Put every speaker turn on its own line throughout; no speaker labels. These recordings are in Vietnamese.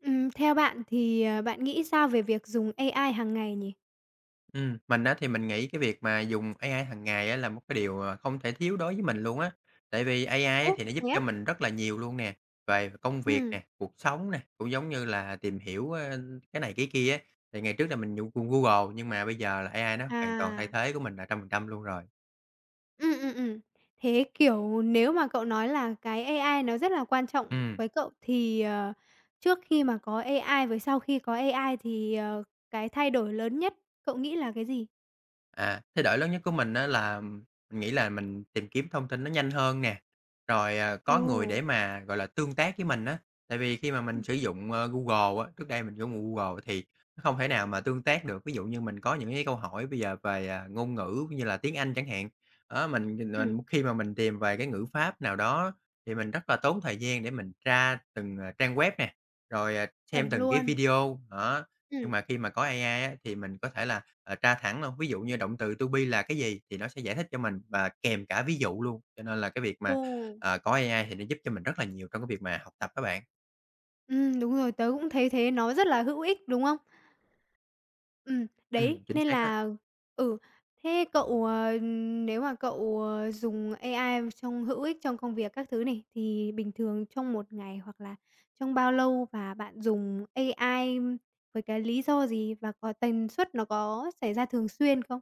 Theo bạn thì, bạn nghĩ sao về việc dùng AI hàng ngày nhỉ?
Mình á thì mình nghĩ cái việc mà dùng AI hàng ngày á là một cái điều, không thể thiếu đối với mình luôn á. Tại vì AI á
Ồ,
thì nó giúp
thế
cho
á?
mình rất là nhiều luôn nè, về công việc
Ừm,
nè, cuộc sống nè, cũng giống như là tìm hiểu, cái này cái kia á. Thì ngày trước là mình dùng Google nhưng mà bây giờ là AI nó hoàn toàn thay
à,
thế của mình là 100% luôn rồi.
ừm. Thế, kiểu, nếu mà cậu nói là cái AI nó rất là quan trọng
Ừm.
với cậu thì, trước khi mà có AI với sau khi có AI thì, cái thay đổi lớn nhất cậu nghĩ là cái gì?
À, thay đổi lớn nhất của mình á là mình nghĩ là mình tìm kiếm thông tin nó nhanh hơn nè, rồi,
Ồ,
có người để mà, gọi là, tương tác với mình á. Tại vì khi mà mình
ừm,
sử dụng, Google á, trước đây mình dùng Google thì nó không thể nào mà tương tác được. Ví dụ như mình có những cái câu hỏi bây giờ về, ngôn ngữ như là tiếng Anh chẳng hạn, đó, mình mình
ừm,
mình khi mà mình tìm về cái ngữ pháp nào đó thì mình rất là tốn thời gian để mình tra từng, trang web nè, rồi,
chuẩn
xem từng cái
luôn.
video, đó. Nhưng
Ừm,
mà khi mà có AI á, thì mình có thể là, tra thẳng luôn, ví dụ như động từ to be là cái gì thì nó sẽ giải thích cho mình và kèm cả ví dụ luôn, cho nên là cái việc
ồ,
mà, có AI thì nó giúp cho mình rất là nhiều trong cái việc mà học tập các bạn.
đúng rồi, tớ cũng thấy thế, nó rất là hữu ích, đúng không? Đấy,
Chính
nên
xác á.
là ừ, thế cậu, nếu mà cậu, dùng AI trong hữu ích trong công việc các thứ này, thì bình thường trong một ngày hoặc là trong bao lâu và bạn dùng AI với cái lý do gì và có tần suất nó có xảy ra thường xuyên không?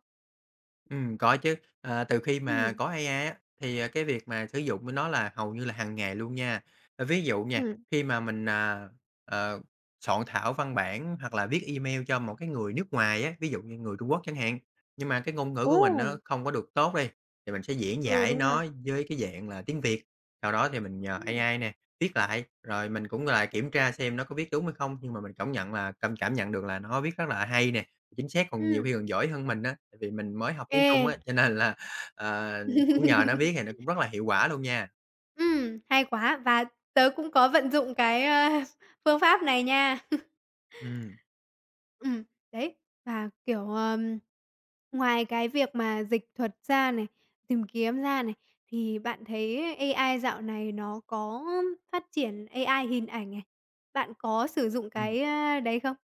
Có chứ. Từ khi mà
Ừm.
có AI á, thì, cái việc mà sử dụng của nó là hầu như là hàng ngày luôn nha. Ví dụ nha,
Ừm.
khi mà mình, ờ, soạn thảo văn bản hoặc là viết email cho một cái người nước ngoài á, ví dụ như người Trung Quốc chẳng hạn, nhưng mà cái ngôn ngữ
Ồ!
của mình nó không có được tốt đi, thì mình sẽ diễn
Ừ,
giải
đúng rồi.
nó với cái dạng là tiếng Việt. Sau đó thì mình nhờ
Ừm.
AI nè, viết lại, rồi mình cũng lại kiểm tra xem nó có viết đúng hay không, nhưng mà mình cảm nhận là cảm cảm nhận được là nó viết rất là hay nè. Chính xác, còn nhiều
Ừm,
khi còn giỏi hơn mình á, tại vì mình mới học tiếng Trung
ê.
á, cho nên là, ờ, cũng nhờ nó viết thì nó cũng rất là hiệu quả luôn nha.
Hay quá, và tớ cũng có vận dụng cái, phương pháp này nha.
Ừm.
Ừm, đấy, và, kiểu, ngoài cái việc mà dịch thuật ra này, tìm kiếm ra này, thì bạn thấy AI dạo này nó có phát triển AI hình ảnh này, bạn có sử dụng
Ừm.
cái, đấy không?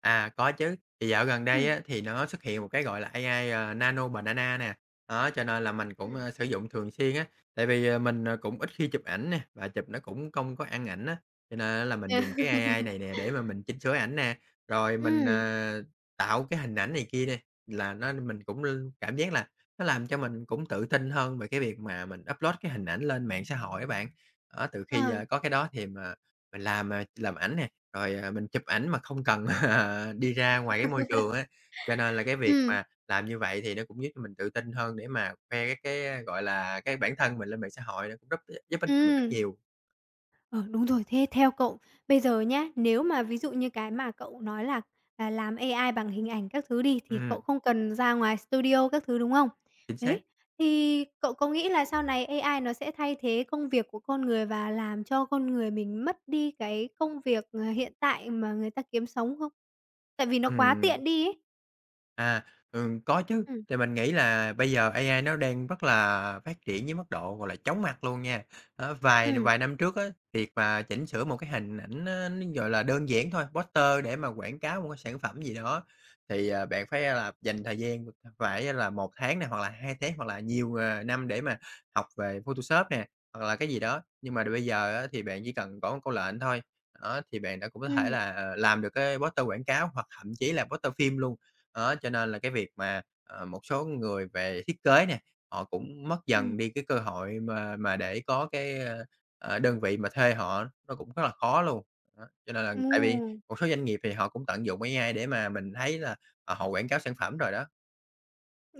À, có chứ. Thì dạo gần đây
Ừm.
á, thì nó xuất hiện một cái, gọi là, AI, Nano Banana nè, đó, cho nên là mình cũng,
Ừm.
sử dụng thường xuyên á. Tại vì, mình, cũng ít khi chụp ảnh nè, và chụp nó cũng không có ăn ảnh á, cho nên là mình
Ừm,
dùng cái AI này nè để mà mình chỉnh sửa ảnh nè, rồi mình, tạo cái hình ảnh này kia nè, là nó mình cũng cảm giác là nó làm cho mình cũng tự tin hơn về cái việc mà mình upload cái hình ảnh lên mạng xã hội á bạn. Đó, từ
ờ,
khi, có cái đó thì mà mình làm, làm ảnh nè, rồi, mình chụp ảnh mà không cần, đi ra ngoài cái môi trường á, cho nên là cái việc
ừm,
mà làm như vậy thì nó cũng giúp cho mình tự tin hơn để mà khoe cái, gọi là, cái bản thân mình lên mạng xã hội, nó cũng rất giúp ích cho mình rất
ừm.
nhiều.
Ờ, đúng rồi. Thế theo cậu, bây giờ nhá, nếu mà ví dụ như cái mà cậu nói là, làm AI bằng hình ảnh các thứ đi, thì
Ừm,
cậu không cần ra ngoài studio các thứ, đúng không?
chính xác.
Đấy, thì cậu có nghĩ là sau này AI nó sẽ thay thế công việc của con người và làm cho con người mình mất đi cái công việc, hiện tại mà người ta kiếm sống không? Tại vì nó quá
Ừm.
tiện đi ấy.
À, có chứ,
Ừm.
thì mình nghĩ là bây giờ AI nó đang rất là phát triển với mức độ, gọi là, chóng mặt luôn nha. Đó, vài
Ừm,
vài năm trước á, việc mà chỉnh sửa một cái hình ảnh nó, gọi là, đơn giản thôi, poster để mà quảng cáo một cái sản phẩm gì đó thì, bạn phải là dành thời gian phải là một tháng này, hoặc là 2 tháng, hoặc là nhiều, năm để mà học về Photoshop nè, hoặc là cái gì đó. Nhưng mà bây giờ á, thì bạn chỉ cần có một câu lệnh thôi, đó, thì bạn đã cũng có thể
ừm,
là, làm được cái poster quảng cáo hoặc thậm chí là poster phim luôn. Đó, cho nên là cái việc mà, một số người về thiết kế nè, họ cũng mất dần
ừm.
đi cái cơ hội mà để có cái, đơn vị mà thuê họ nó cũng rất là khó luôn. Đó, cho nên là
Ồ.
tại vì một số doanh nghiệp thì họ cũng tận dụng AI để mà mình thấy là, họ quảng cáo sản phẩm rồi đó.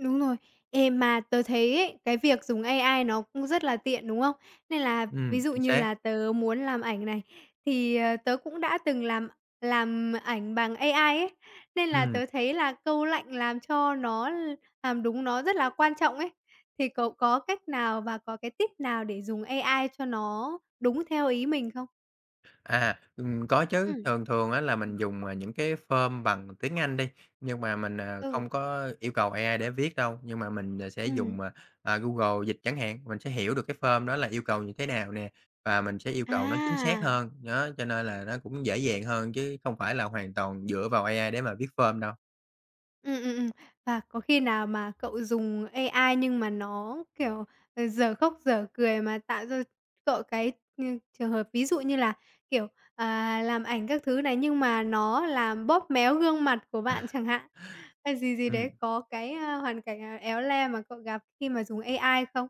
Đúng rồi. Ê, mà tớ thấy ấy, cái việc dùng AI nó cũng rất là tiện, đúng không? Nên là ví dụ
Chính
như
xác.
là tớ muốn làm ảnh này, thì, tớ cũng đã từng làm ảnh bằng AI ấy, nên là
Ừm.
tớ thấy là câu lệnh làm cho nó làm đúng nó rất là quan trọng ấy. Thì cậu có cách nào và có cái tip nào để dùng AI cho nó đúng theo ý mình không?
À, có chứ,
Ừm.
thường thường á là mình
Ừm.
dùng, những cái form bằng tiếng Anh đi, nhưng mà mình,
Ừ.
không có yêu cầu AI để viết đâu, nhưng mà mình, sẽ
Ừm.
dùng, Google Dịch chẳng hạn, mình sẽ hiểu được cái form đó là yêu cầu như thế nào nè, và mình sẽ yêu cầu nó chính xác
À!
hơn. Đó, cho nên là nó cũng dễ dàng hơn chứ không phải là hoàn toàn dựa vào AI để mà viết form đâu.
Ừm, ừm, ừm. Và có khi nào mà cậu dùng AI nhưng mà nó, kiểu, dở khóc dở cười mà tạo ra cậu cái, trường hợp ví dụ như là, kiểu, làm ảnh các thứ này nhưng mà nó làm bóp méo gương mặt của bạn chẳng hạn, hay gì gì
Ừm.
đấy, có cái, hoàn cảnh nào éo le mà cậu gặp khi mà dùng AI không?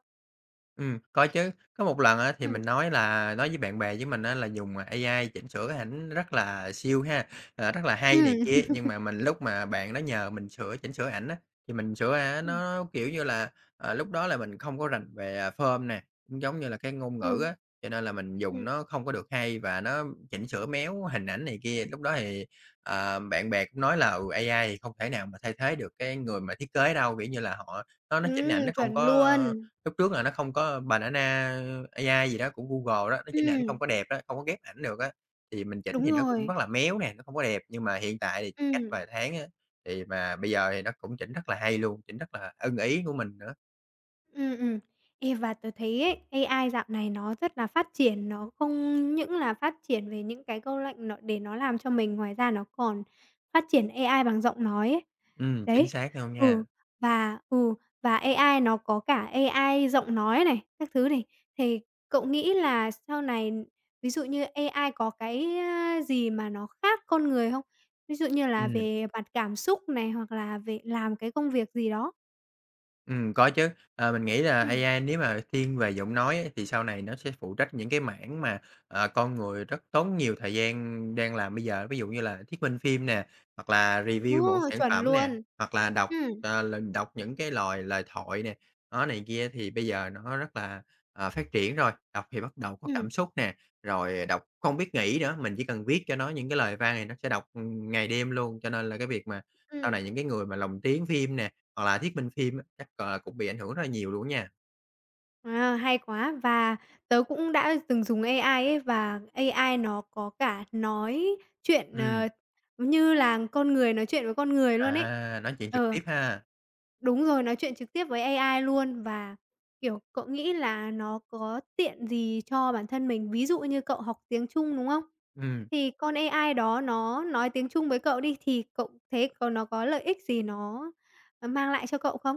Có chứ. Có một lần á thì mình
Ừm,
nói là nói với bạn bè với mình á là dùng, AI chỉnh sửa cái ảnh rất là siêu ha, rất là hay này
ừm,
kia, nhưng mà mình lúc mà bạn đó nhờ mình chỉnh sửa ảnh á, thì mình sửa á
Ừm.
nó, kiểu như là, lúc đó là mình không có rành về, form nè, cũng giống như là cái ngôn ngữ
Ừ,
á, cho nên là mình dùng
ừm,
nó không có được hay và nó chỉnh sửa méo hình ảnh này kia. Lúc đó thì, bạn bè cũng nói là "Ừ, AI thì không thể nào mà thay thế được cái người mà thiết kế đâu", kiểu như là, họ nó chỉnh ảnh nó không
chuẩn
có.
luôn.
Lúc trước là nó không có Banana AI gì đó của Google đó, nó chỉnh ảnh
Ừm,
không có đẹp đó không có ghép ảnh được á, thì mình chỉnh
đúng
thì nó cũng
rồi,
rất là méo nè, nó không có đẹp. Nhưng mà hiện tại thì cách
ừm.
vài tháng á, thì mà bây giờ thì nó cũng chỉnh rất là hay luôn, chỉnh rất là ưng ý của mình nữa.
Ừ. Ê, và tôi thấy ấy, AI dạo này nó rất là phát triển, nó không những là phát triển về những cái câu lệnh nó để nó làm cho mình, ngoài ra nó còn phát triển AI bằng giọng nói ấy.
Chính
Đấy,
xác luôn
ừ,
nha.
và ừ, và AI nó có cả AI giọng nói này, các thứ này, thì cậu nghĩ là sau này ví dụ như AI có cái, gì mà nó khác con người không? Ví dụ như là
Ừm.
về mặt cảm xúc này, hoặc là về làm cái công việc gì đó?
Có chứ. Mình nghĩ là
Ừm.
AI nếu mà thiên về giọng nói ấy, thì sau này nó sẽ phụ trách những cái mảng mà, con người rất tốn nhiều thời gian đang làm bây giờ. Ví dụ như là thuyết minh phim nè, hoặc là
Ờ,
review một sản
chuẩn
phẩm nè,
luôn.
hoặc là đọc,
Ừm,
ờ, l đọc những cái lời lời thoại nè, đó, này kia thì bây giờ nó rất là, phát triển rồi. Đọc thì bắt đầu có cảm
ừm,
xúc nè, rồi đọc không biết nghĩ nữa, mình chỉ cần viết cho nó những cái lời văn này nó sẽ đọc, ngày đêm luôn. Cho nên là cái việc mà sau
ừm.
này những cái người mà lồng tiếng phim nè hoặc là thuyết minh phim á, chắc, gọi là, cũng bị ảnh hưởng rất là nhiều luôn á nha.
À, hay quá. Và tớ cũng đã từng dùng AI ấy, và AI nó có cả nói chuyện,
Ừm,
như là con người nói chuyện với con người luôn ấy.
nói chuyện trực
Ờ.
tiếp ha.
Đúng rồi, nói chuyện trực tiếp với AI luôn và, kiểu, cậu nghĩ là nó có tiện gì cho bản thân mình? Ví dụ như cậu học tiếng Trung, đúng không?
Ừm.
Thì con AI đó nó nói tiếng Trung với cậu đi, thì cậu thấy có nó có lợi ích gì nó, mang lại cho cậu không?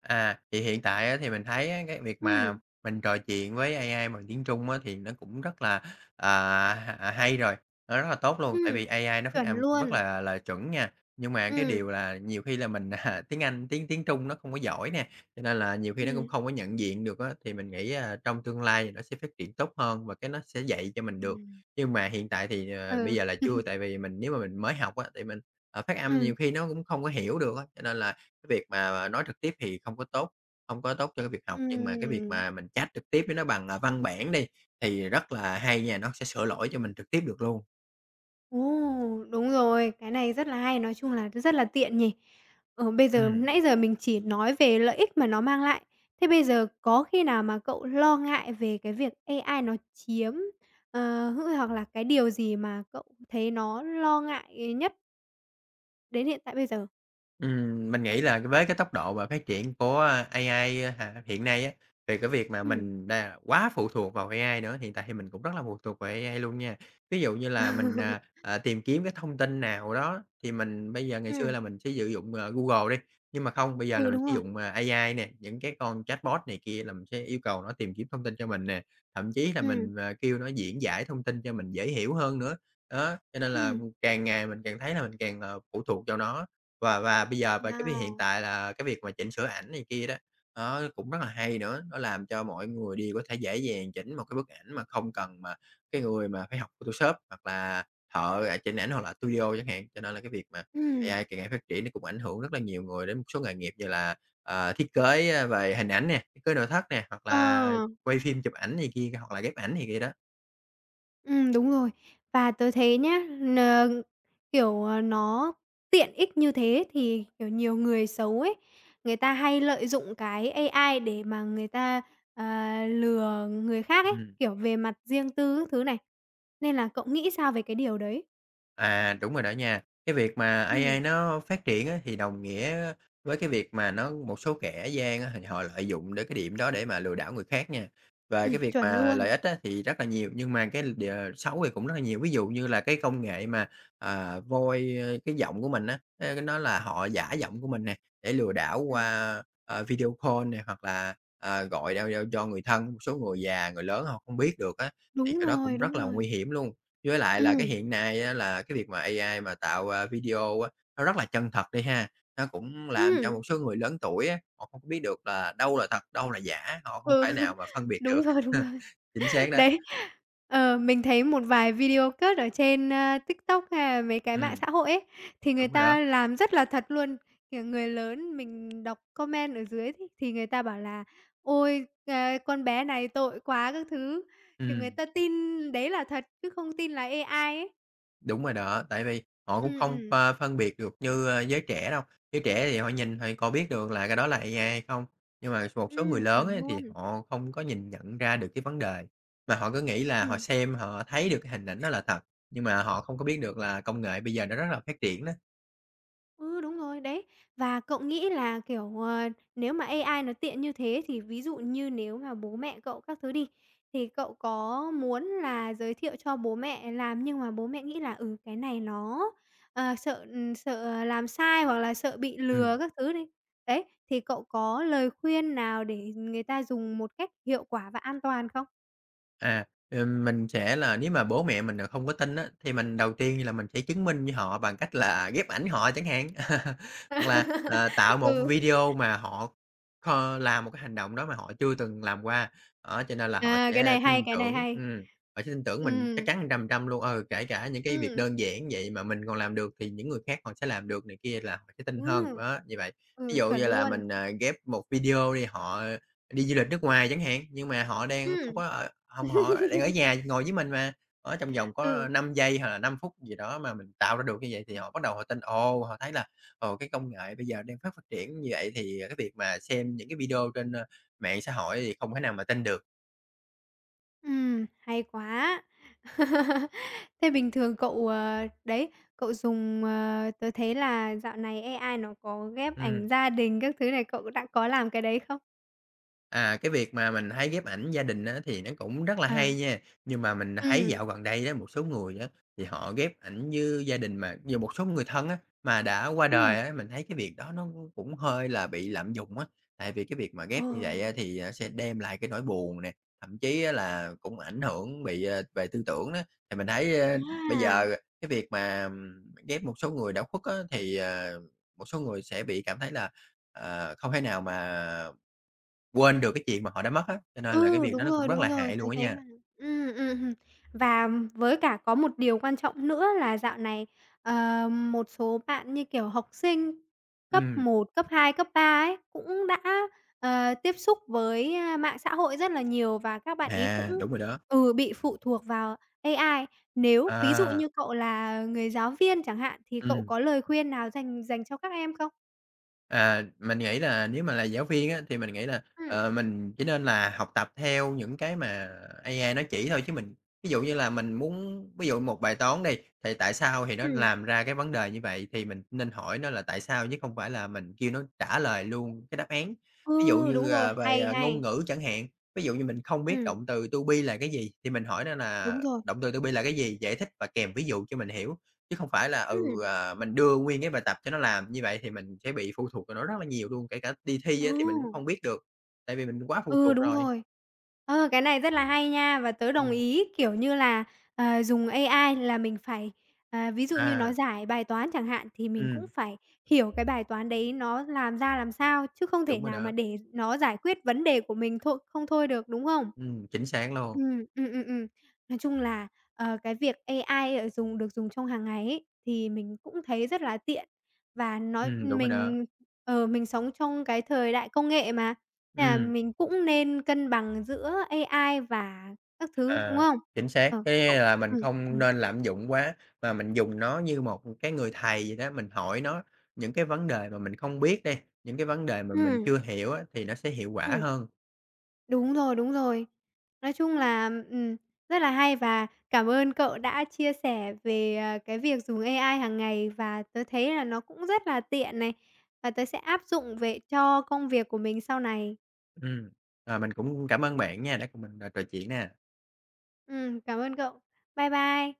À, thì hiện tại á, thì mình thấy á, cái việc mà
Ừm,
mình trò chuyện với AI bằng tiếng Trung á, thì nó cũng rất là, à, hay rồi, nó rất là tốt luôn, tại
ừm,
vì AI nó phát
chuẩn
âm cũng rất
luôn.
là chuẩn nha. Nhưng mà cái
Ừm,
điều là nhiều khi là mình, tiếng Anh tiếng tiếng Trung nó không có giỏi nè, cho nên là nhiều khi nó cũng
ừm.
không có nhận diện được á, thì mình nghĩ, trong tương lai thì nó sẽ phát triển tốt hơn và cái nó sẽ dạy cho mình được.
Ừm.
Nhưng mà hiện tại thì, bây
Ừ,
giờ là chưa, tại vì mình nếu mà mình mới học á, thì mình, phát âm nhiều
ừm,
khi nó cũng không có hiểu được á, cho nên là cái việc mà nói trực tiếp thì không có tốt, không có tốt cho cái việc học, nhưng mà cái việc
ừm.
mà mình chat trực tiếp với nó bằng, văn bản đi, thì rất là hay nha, nó sẽ sửa lỗi cho mình trực tiếp được luôn.
Ồ, đúng rồi, cái này rất là hay, nói chung là rất là tiện nhỉ. Ờ, bây giờ
Ừm.
nãy giờ mình chỉ nói về lợi ích mà nó mang lại, thế bây giờ có khi nào mà cậu lo ngại về cái việc AI nó chiếm, hữu hoặc là cái điều gì mà cậu thấy nó lo ngại nhất đến hiện tại bây giờ?
Mình nghĩ là với cái tốc độ và phát triển của, AI hiện nay á, về cái việc mà
Ừm.
mình đà quá phụ thuộc vào AI nữa, hiện tại thì mình cũng rất là phụ thuộc vào AI luôn nha. Ví dụ như là mình,
Ừm,
tìm kiếm cái thông tin nào đó thì mình bây giờ ngày xưa là mình sẽ sử dụng, Google đi, nhưng mà không, bây giờ là
ừ,
mình
đúng
sử
rồi,
dụng, AI nè, những cái con chatbot này kia là mình sẽ yêu cầu nó tìm kiếm thông tin cho mình nè, thậm chí là
ừm,
mình, kêu nó diễn giải thông tin cho mình dễ hiểu hơn nữa. Đó, cho nên là
ừm.
càng ngày mình càng thấy là mình càng, phụ thuộc vào nó. Và bây giờ và cái việc hiện
Wow!
tại là cái việc mà chỉnh sửa ảnh này kia đó, nó cũng rất là hay nữa, nó làm cho mọi người đều có thể dễ dàng chỉnh một cái bức ảnh mà không cần mà cái người mà phải học Photoshop hoặc là thợ, chỉnh ảnh hoặc là studio chẳng hạn. Cho nên là cái việc mà
Ừm,
AI càng ngày phát triển nó cũng ảnh hưởng rất là nhiều người đến một số nghề nghiệp như là, thiết kế, về hình ảnh nè, thiết kế nội thất nè, hoặc
ờ.
là quay phim, chụp ảnh này kia, hoặc là ghép ảnh này kia đó.
Đúng rồi. Và tớ thấy nhá, kiểu, nó tiện ích như thế thì, kiểu, nhiều người xấu ấy, người ta hay lợi dụng cái AI để mà người ta, lừa người khác ấy,
Ừm.
kiểu, về mặt riêng tư các thứ này. Nên là cậu nghĩ sao về cái điều đấy?
À, đúng rồi đó nha. Cái việc mà
Ừm,
AI nó phát triển á, thì đồng nghĩa với cái việc mà nó một số kẻ gian á, thì họ lợi dụng đến cái điểm đó để mà lừa đảo người khác nha. Và cái việc
chuẩn
mà lợi
luôn.
ích á, thì rất là nhiều, nhưng mà cái xấu thì cũng rất là nhiều. Ví dụ như là cái công nghệ mà, voice cái giọng của mình á, nó là họ giả giọng của mình nè, để lừa đảo
Ừm,
qua, video call này hoặc là, gọi đao do cho người thân, một số người già, người lớn họ không biết được á, thì
đúng
cái đó cũng
rồi,
rất
đúng
là
rồi.
nguy hiểm luôn. Với lại là cái
Ừm,
hiện nay á là cái việc mà AI mà tạo, video á, nó rất là chân thật đi ha, nó cũng làm cho
ừm,
một số người lớn tuổi á, họ không có biết được là đâu là thật, đâu là giả, họ không
ừ,
thể nào mà phân biệt
đúng
được.
rồi, đúng rồi.
Chính xác đó,
Đấy, mình thấy một vài video cut ở trên, TikTok hay là mấy cái mạng
ừm,
xã hội ấy, thì người
đúng rồi đó,
ta làm rất là thật luôn. Kiểu, người lớn mình đọc comment ở dưới thì người ta bảo là "Ôi, à, con bé này tội quá" các thứ, kiểu, người
ừm.
ta tin đấy là thật chứ không tin là AI ấy.
Đúng rồi đó, tại vì họ cũng
Ừm,
không
ừm,
pha phân biệt được như, giới trẻ đâu. Giới trẻ thì họ nhìn thì còn biết được là cái đó là AI hay không, nhưng mà một số người lớn
chuẩn
ấy thì
luôn.
họ không có nhìn nhận ra được cái vấn đề, mà họ cứ nghĩ là họ
Ừm.
xem họ thấy được cái hình ảnh đó là thật, nhưng mà họ không có biết được là công nghệ bây giờ nó rất là phát triển đó.
Ừ, đúng rồi, đấy. Và cậu nghĩ là, kiểu, nếu mà AI nó tiện như thế thì ví dụ như nếu mà bố mẹ cậu các thứ đi, thì cậu có muốn là giới thiệu cho bố mẹ làm nhưng mà bố mẹ nghĩ là, ừ, cái này nó, sợ làm sai hoặc là sợ bị
Ừ.
lừa các thứ đi. Đấy, thì cậu có lời khuyên nào để người ta dùng một cách hiệu quả và an toàn không?
À, mình sẽ là nếu mà bố mẹ mình, không có tin á, thì mình đầu tiên là mình sẽ chứng minh với họ bằng cách là ghép ảnh họ chẳng hạn, hoặc là, tạo một
Ừ,
video mà họ làm một cái hành động đó mà họ chưa từng làm qua. Đó, cho nên là
à, cái này hay, cái này hay.
họ sẽ tin tưởng mình chắc
Ừm,
chắn trăm trăm luôn. Ừ, kể cả những cái việc
ừm,
đơn giản vậy mà mình còn làm được thì những người khác họ sẽ làm được này kia là họ sẽ tin hơn.
ừm,
Đó, như vậy. Ví
ừ,
dụ
chuẩn
như là
luôn.
mình, ghép một video đi, họ đi du lịch nước ngoài chẳng hạn, nhưng mà họ đang không
Ừm.
có ở hông, họ đang ở nhà ngồi với mình mà, ở trong vòng có
Ừ.
5 giây hoặc là 5 phút gì đó mà mình tạo ra được như vậy thì họ bắt đầu họ tin. Ồ, họ thấy là, ồ, cái công nghệ bây giờ đang phát phát triển như vậy thì, cái việc mà xem những cái video trên, mạng xã hội thì không thể nào mà tin được.
Hay quá. Thế bình thường cậu, đấy, cậu dùng, tớ thấy là dạo này AI nó có ghép
Ừm.
ảnh gia đình các thứ này, cậu đã có làm cái đấy không?
À, cái việc mà mình thấy ghép ảnh gia đình á, thì nó cũng rất là
Ờ.
hay nha, nhưng mà mình thấy
Ừm,
dạo gần đây đó một số người á, thì họ ghép ảnh với gia đình mà nhiều một số người thân á, mà đã qua đời
ừm.
á, mình thấy cái việc đó nó cũng hơi là bị lạm dụng á. Tại vì cái việc mà
Ồ,
ghép như vậy á, thì, sẽ đem lại cái nỗi buồn nè, thậm chí á, là cũng ảnh hưởng bị, về tư tưởng đó. Thì mình thấy, bây
à!
giờ cái việc mà, ghép một số người đã khuất á, thì, một số người sẽ bị cảm thấy là, không thể nào mà quên được cái chuyện mà họ đã mất á, cho nên là cái
Ừ,
việc đó nó cũng rất
đúng
là
rồi,
hại
tớ
luôn á
thấy
nha.
là ừm. Và với cả có một điều quan trọng nữa là dạo này, ờ, một số bạn, như kiểu, học sinh cấp
Ừm.
một cấp 2 cấp 3 ấy, cũng đã, tiếp xúc với, mạng xã hội rất là nhiều và các bạn ấy cũng
À, đúng rồi đó.
ừ, bị phụ thuộc vào AI. Nếu ví dụ
À,
như cậu là người giáo viên chẳng hạn, thì cậu
ừm.
có lời khuyên nào dành dành cho các em không?
À, mình nghĩ là nếu mà là giáo viên á, thì mình nghĩ là,
Ừm,
mình chỉ nên là học tập theo những cái mà AI nó chỉ thôi, chứ mình ví dụ như là mình muốn ví dụ một bài toán đi, thì tại sao thì nó
ừm,
làm ra cái vấn đề như vậy thì mình nên hỏi nó là tại sao chứ không phải là mình kêu nó trả lời luôn cái đáp án. Ví dụ
ừ,
như,
đúng rồi,
về,
hay,
ngôn
hay,
ngữ chẳng hạn, ví dụ như mình không biết
ừm,
động từ to be là cái gì thì mình hỏi nó là
đúng rồi,
"Động từ to be là cái gì?" giải thích và kèm ví dụ cho mình hiểu. Chứ không phải là,
ừm.
mình đưa nguyên cái bài tập cho nó làm, như vậy thì mình sẽ bị phụ thuộc vào nó rất là nhiều luôn, kể cả đi thi á thì mình cũng không
Ừ,
biết được, tại vì mình quá phụ
ừ,
thuộc
đúng
rồi.
rồi. Ờ, cái này rất là hay nha, và tớ đồng
Ừm,
ý, kiểu như là, dùng AI là mình phải, ví dụ như
à,
nó giải bài toán chẳng hạn, thì mình cũng
ừm,
phải hiểu cái bài toán đấy nó làm ra làm sao, chứ không thể
đúng rồi
nào mà
đó,
để nó giải quyết vấn đề của mình thôi không thôi được, đúng không?
chính xác luôn,
Ừm, ừm, ừm, ừm. Nói chung là, cái việc AI ở dùng được dùng trong hàng ngày ấy, thì mình cũng thấy rất là tiện và nó
đúng rồi đó,
mình mình sống trong cái thời đại công nghệ mà. Là
ừm,
mình cũng nên cân bằng giữa AI và các thứ,
à,
đúng không?
chính xác.
Ờ.
Cái
Cậu.
là mình
Ừm,
không
ừm,
nên lạm dụng quá, mà mình dùng nó như một cái người thầy vậy đó, mình hỏi nó những cái vấn đề mà mình không biết đi, những cái vấn đề mà mình
ừm,
chưa hiểu á thì nó sẽ hiệu quả
ừm,
hơn.
đúng rồi, đúng rồi. Nói chung là, rất là hay và cảm ơn cậu đã chia sẻ về, cái việc dùng AI hàng ngày và tớ thấy là nó cũng rất là tiện này, và tớ sẽ áp dụng về cho công việc của mình sau này.
Ừm, à, mình cũng cảm ơn bạn nha, đã cùng mình, trò chuyện nè.
Cảm ơn cậu. Bye bye.